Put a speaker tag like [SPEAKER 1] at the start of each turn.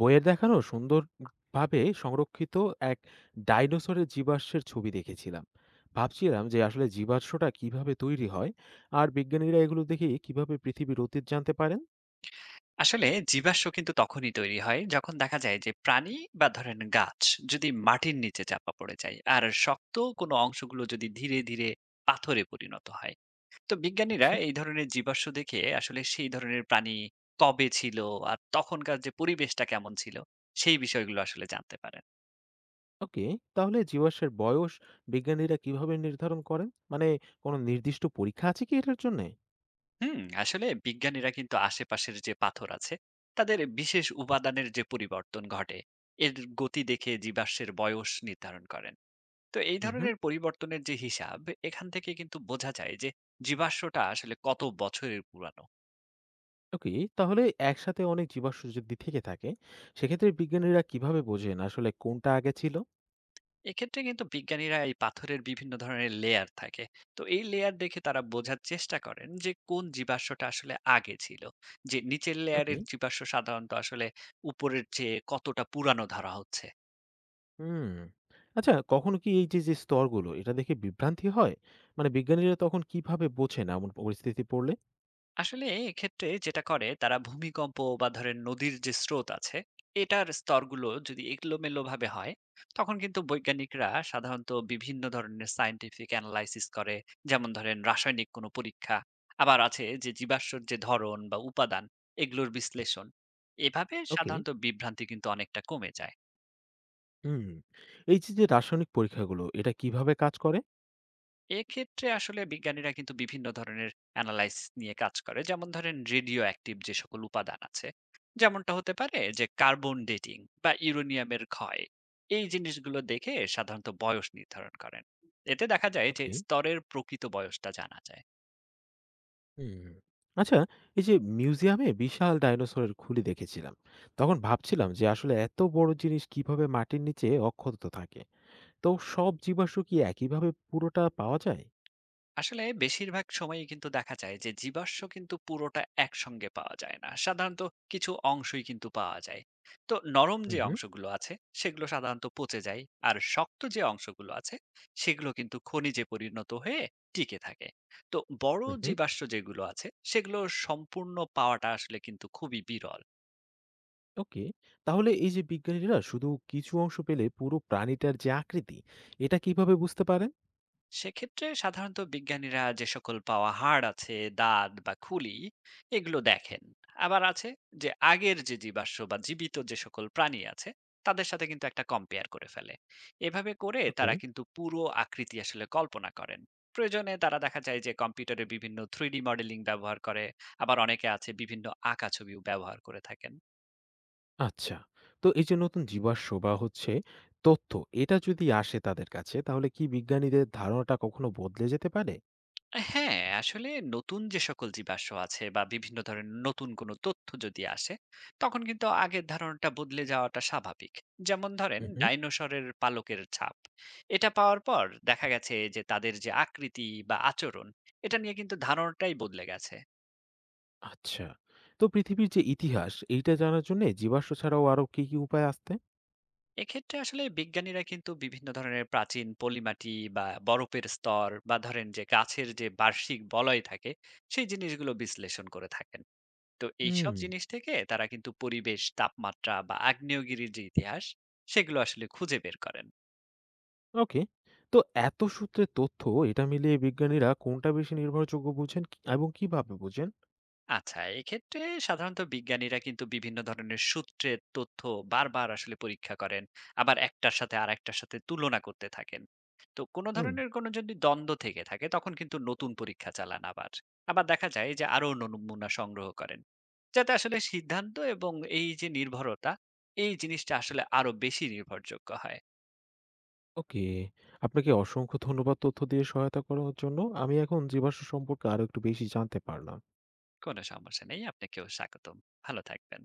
[SPEAKER 1] বইয়ে দেখানো সুন্দর ভাবে সংরক্ষিত এক ডাইনোসরের জীবাশ্মের ছবি দেখেছিলাম। ভাবছিলাম যে আসলে জীবাশ্মটা কিভাবে তৈরি হয় আর বিজ্ঞানীরা এগুলো দেখে কিভাবে পৃথিবীর অতীত জানতে পারেন।
[SPEAKER 2] আসলে জীবাশ্ম কিন্তু তখনই তৈরি হয় যখন দেখা যায় যে প্রাণী বা ধরেন গাছ যদি মাটির নিচে চাপা পড়ে যায় আর শক্ত কোনো অংশগুলো যদি ধীরে ধীরে পাথরে পরিণত হয়। তো বিজ্ঞানীরা
[SPEAKER 1] আচ্ছা।
[SPEAKER 2] এই ধরনের জীবাশ্ম দেখে আসলে সেই ধরনের প্রাণী কবে ছিল আর তখনকার যে পরিবেশটা কেমন ছিল সেই বিষয়গুলো আসলে জানতে পারেন।
[SPEAKER 1] ওকে, তাহলে জীবাশ্মের বয়স বিজ্ঞানীরা কিভাবে নির্ধারণ করেন? মানে কোনো নির্দিষ্ট পরীক্ষা আছে কি এটার জন্য?
[SPEAKER 2] হুম, আসলে বিজ্ঞানীরা কিন্তু আশেপাশের যে পাথর আছে তাদের বিশেষ উপাদানের যে পরিবর্তন ঘটে এর গতি দেখে জীবাশ্মের বয়স নির্ধারণ করেন। তো এই
[SPEAKER 1] হুম।
[SPEAKER 2] ধরনের পরিবর্তনের যে হিসাব এখান থেকে কিন্তু বোঝা যায় যে জীবাশ্মটা আসলে কত বছরের পুরানো।
[SPEAKER 1] ওকে, তাহলে একসাথে অনেক জীবাশ্ম যদি থেকে থাকে সেক্ষেত্রে বিজ্ঞানীরা কিভাবে বোঝেন আসলে কোনটা আগে ছিল?
[SPEAKER 2] এক্ষেত্রে কিন্তু বিজ্ঞানীরা এই পাথরের বিভিন্ন ধরনের লেয়ার থাকে, তো এই লেয়ার দেখে তারা বোঝার চেষ্টা করেন যে কোন জীবাশ্মটা আসলে আগে ছিল, যে নিচের
[SPEAKER 1] ওকে।
[SPEAKER 2] লেয়ারের জীবাশ্ম সাধারণত আসলে উপরের চেয়ে কতটা পুরানো ধরা হচ্ছে।
[SPEAKER 1] হুম। আচ্ছা, কখনো কি এই যে, যে স্তরগুলো এটা দেখে বিভ্রান্তি হয়? মানে বিজ্ঞানীরা তখন কিভাবে বোঝেন এমন পরিস্থিতি পড়লে?
[SPEAKER 2] আসলে এক্ষেত্রে যেটা করে তারা ভূমিকম্প বা ধরেন নদীর যে স্রোত আছে এটার স্তরগুলো যদি এলোমেলো ভাবে হয় তখন কিন্তু বৈজ্ঞানিকরা সাধারণত বিভিন্ন ধরনের সায়েন্টিফিক অ্যানালাইসিস করে, যেমন ধরেন রাসায়নিক কোনো পরীক্ষা। আবার আছে যে জীবাশ্মর যে ধরন বা উপাদান এগুলোর বিশ্লেষণ। এভাবে
[SPEAKER 1] ওকে,
[SPEAKER 2] সাধারণত বিভ্রান্তি কিন্তু অনেকটা কমে যায়।
[SPEAKER 1] হুম। এই যে, যে রাসায়নিক পরীক্ষাগুলো এটা কিভাবে কাজ করে?
[SPEAKER 2] এক্ষেত্রে আসলে বিজ্ঞানীরা কিন্তু বিভিন্ন ধরনের অ্যানালাইসিস নিয়ে কাজ করে, যেমন ধরেন রেডিও অ্যাক্টিভ যে সকল উপাদান আছে, যেমনটা হতে পারে যে কার্বন ডেটিং বা ইউরেনিয়ামের ক্ষয়। এই জিনিসগুলো দেখে সাধারণত বয়স নির্ধারণ করেন। এতে দেখা যায় যে
[SPEAKER 1] ওকে,
[SPEAKER 2] স্তরের প্রকৃত বয়সটা জানা যায়।
[SPEAKER 1] হুম। আচ্ছা, এই যে মিউজিয়ামে বিশাল ডাইনোসরের খুলি দেখেছিলাম। তখন ভাবছিলাম যে আসলে এত বড় জিনিস কিভাবে মাটির নিচে অক্ষত থাকে? তো সব জীবাশ্ম কি একইভাবে পুরোটা পাওয়া যায়?
[SPEAKER 2] আসলে বেশিরভাগ সময়ই কিন্তু দেখা যায় যে জীবাশ্ম কিন্তু পুরোটা একসঙ্গে পাওয়া যায় না সাধারণত, কিছু অংশই কিন্তু পাওয়া যায়। তো নরম যে
[SPEAKER 1] উহু,
[SPEAKER 2] অংশগুলো আছে সেগুলো সাধারণত পচে যায়, আর শক্ত যে অংশগুলো আছে সেগুলো কিন্তু খনিজে পরিণত হয়ে টিকে থাকে। তো বড়
[SPEAKER 1] উহু।
[SPEAKER 2] জীবাশ্ম যেগুলো আছে সেগুলো সম্পূর্ণ পাওয়াটা আসলে কিন্তু খুবই বিরল।
[SPEAKER 1] ওকে। তাহলে এই যে বিজ্ঞানীরা শুধু কিছু অংশ পেলে পুরো প্রাণীটার যে আকৃতি, এটা কিভাবে বুঝতে পারেন?
[SPEAKER 2] সেক্ষেত্রে সাধারণত বিজ্ঞানীরা যে সকল পাওয়া হাড় আছে দাঁত বা খুলি এগুলো দেখেন। আবার আছে যে আগের যে জীবাশ্ম বা জীবিত যে সকল প্রাণী আছে তাদের সাথে কিন্তু একটা কম্পেয়ার করে ফেলে। এভাবে করে
[SPEAKER 1] ওকে।
[SPEAKER 2] তারা কিন্তু পুরো আকৃতি আসলে কল্পনা করেন। প্রয়োজনে তারা দেখা যায় যে কম্পিউটারে বিভিন্ন থ্রিডি মডেলিং ব্যবহার করে। আবার অনেকে আছে বিভিন্ন আঁকা ছবিও ব্যবহার করে থাকেন।
[SPEAKER 1] আচ্ছা, তো এই যে নতুন জীবাশ্ম বা হচ্ছে তথ্য, এটা যদি আসে তাদের কাছে তাহলে কি বিজ্ঞানীদের ধারণাটা কখনো বদলে যেতে পারে?
[SPEAKER 2] হ্যাঁ, আসলে নতুন যে সকল জীবাশ্ম আছে বা বিভিন্ন ধরনের নতুন কোনো তথ্য যদি আসে, তখন কিন্তু আগের ধারণাটা বদলে যাওয়াটা স্বাভাবিক। যেমন ধরেন
[SPEAKER 1] হুম হুম।
[SPEAKER 2] ডাইনোসরের পালকের ছাপ। এটা পাওয়ার পর দেখা গেছে যে তাদের যে আকৃতি বা আচরণ, এটা নিয়ে কিন্তু ধারণাটাই বদলে গেছে।
[SPEAKER 1] আচ্ছা, তো পৃথিবীর যে ইতিহাস, এইটা জানার জন্য জীবাশ্ম ছাড়াও আরো কি, কি উপায় আসতে?
[SPEAKER 2] এক্ষেত্রে আসলে বিজ্ঞানীরা কিন্তু বিভিন্ন ধরনের প্রাচীন পলিমাটি বা বরফের স্তর বা ধরেন যে গাছের যে বার্ষিক বলয় থাকে, সেই জিনিসগুলো বিশ্লেষণ করে থাকেন। তো
[SPEAKER 1] হুম।
[SPEAKER 2] এইসব জিনিস থেকে তারা কিন্তু পরিবেশ, তাপমাত্রা বা আগ্নেয়গিরির যে ইতিহাস সেগুলো আসলে খুঁজে বের করেন।
[SPEAKER 1] ওকে, তো এত সূত্রের তথ্য, এটা মিলিয়ে বিজ্ঞানীরা কোনটা বেশি নির্ভরযোগ্য বুঝেন কি এবং কিভাবে বুঝেন?
[SPEAKER 2] আচ্ছা, এক্ষেত্রে সাধারণত বিজ্ঞানীরা কিন্তু বিভিন্ন ধরনের সূত্রের তথ্য বারবার আসলে পরীক্ষা করেন। আবার একটার সাথে আরেকটার সাথে তুলনা করতে থাকেন। তো কোনো
[SPEAKER 1] হুম।
[SPEAKER 2] ধরনের কোনো যদি দ্বন্দ্ব থেকে থাকে তখন কিন্তু নতুন পরীক্ষা চালান আবার। আবার দেখা যায় যে আরো নমুনা সংগ্রহ করেন। যাতে আসলে সিদ্ধান্ত এবং এই যে নির্ভরতা এই জিনিসটা আসলে আরো বেশি নির্ভরযোগ্য হয়।
[SPEAKER 1] ওকে। আপনাকে অসংখ্য ধন্যবাদ তথ্য দিয়ে সহায়তা করার জন্য। আমি এখন জীবাশ্ম সম্পর্কে আরো একটু বেশি জানতে পারলাম।
[SPEAKER 2] কোনো সমস্যা নেই। আপনাকেও স্বাগতম। ভালো থাকবেন।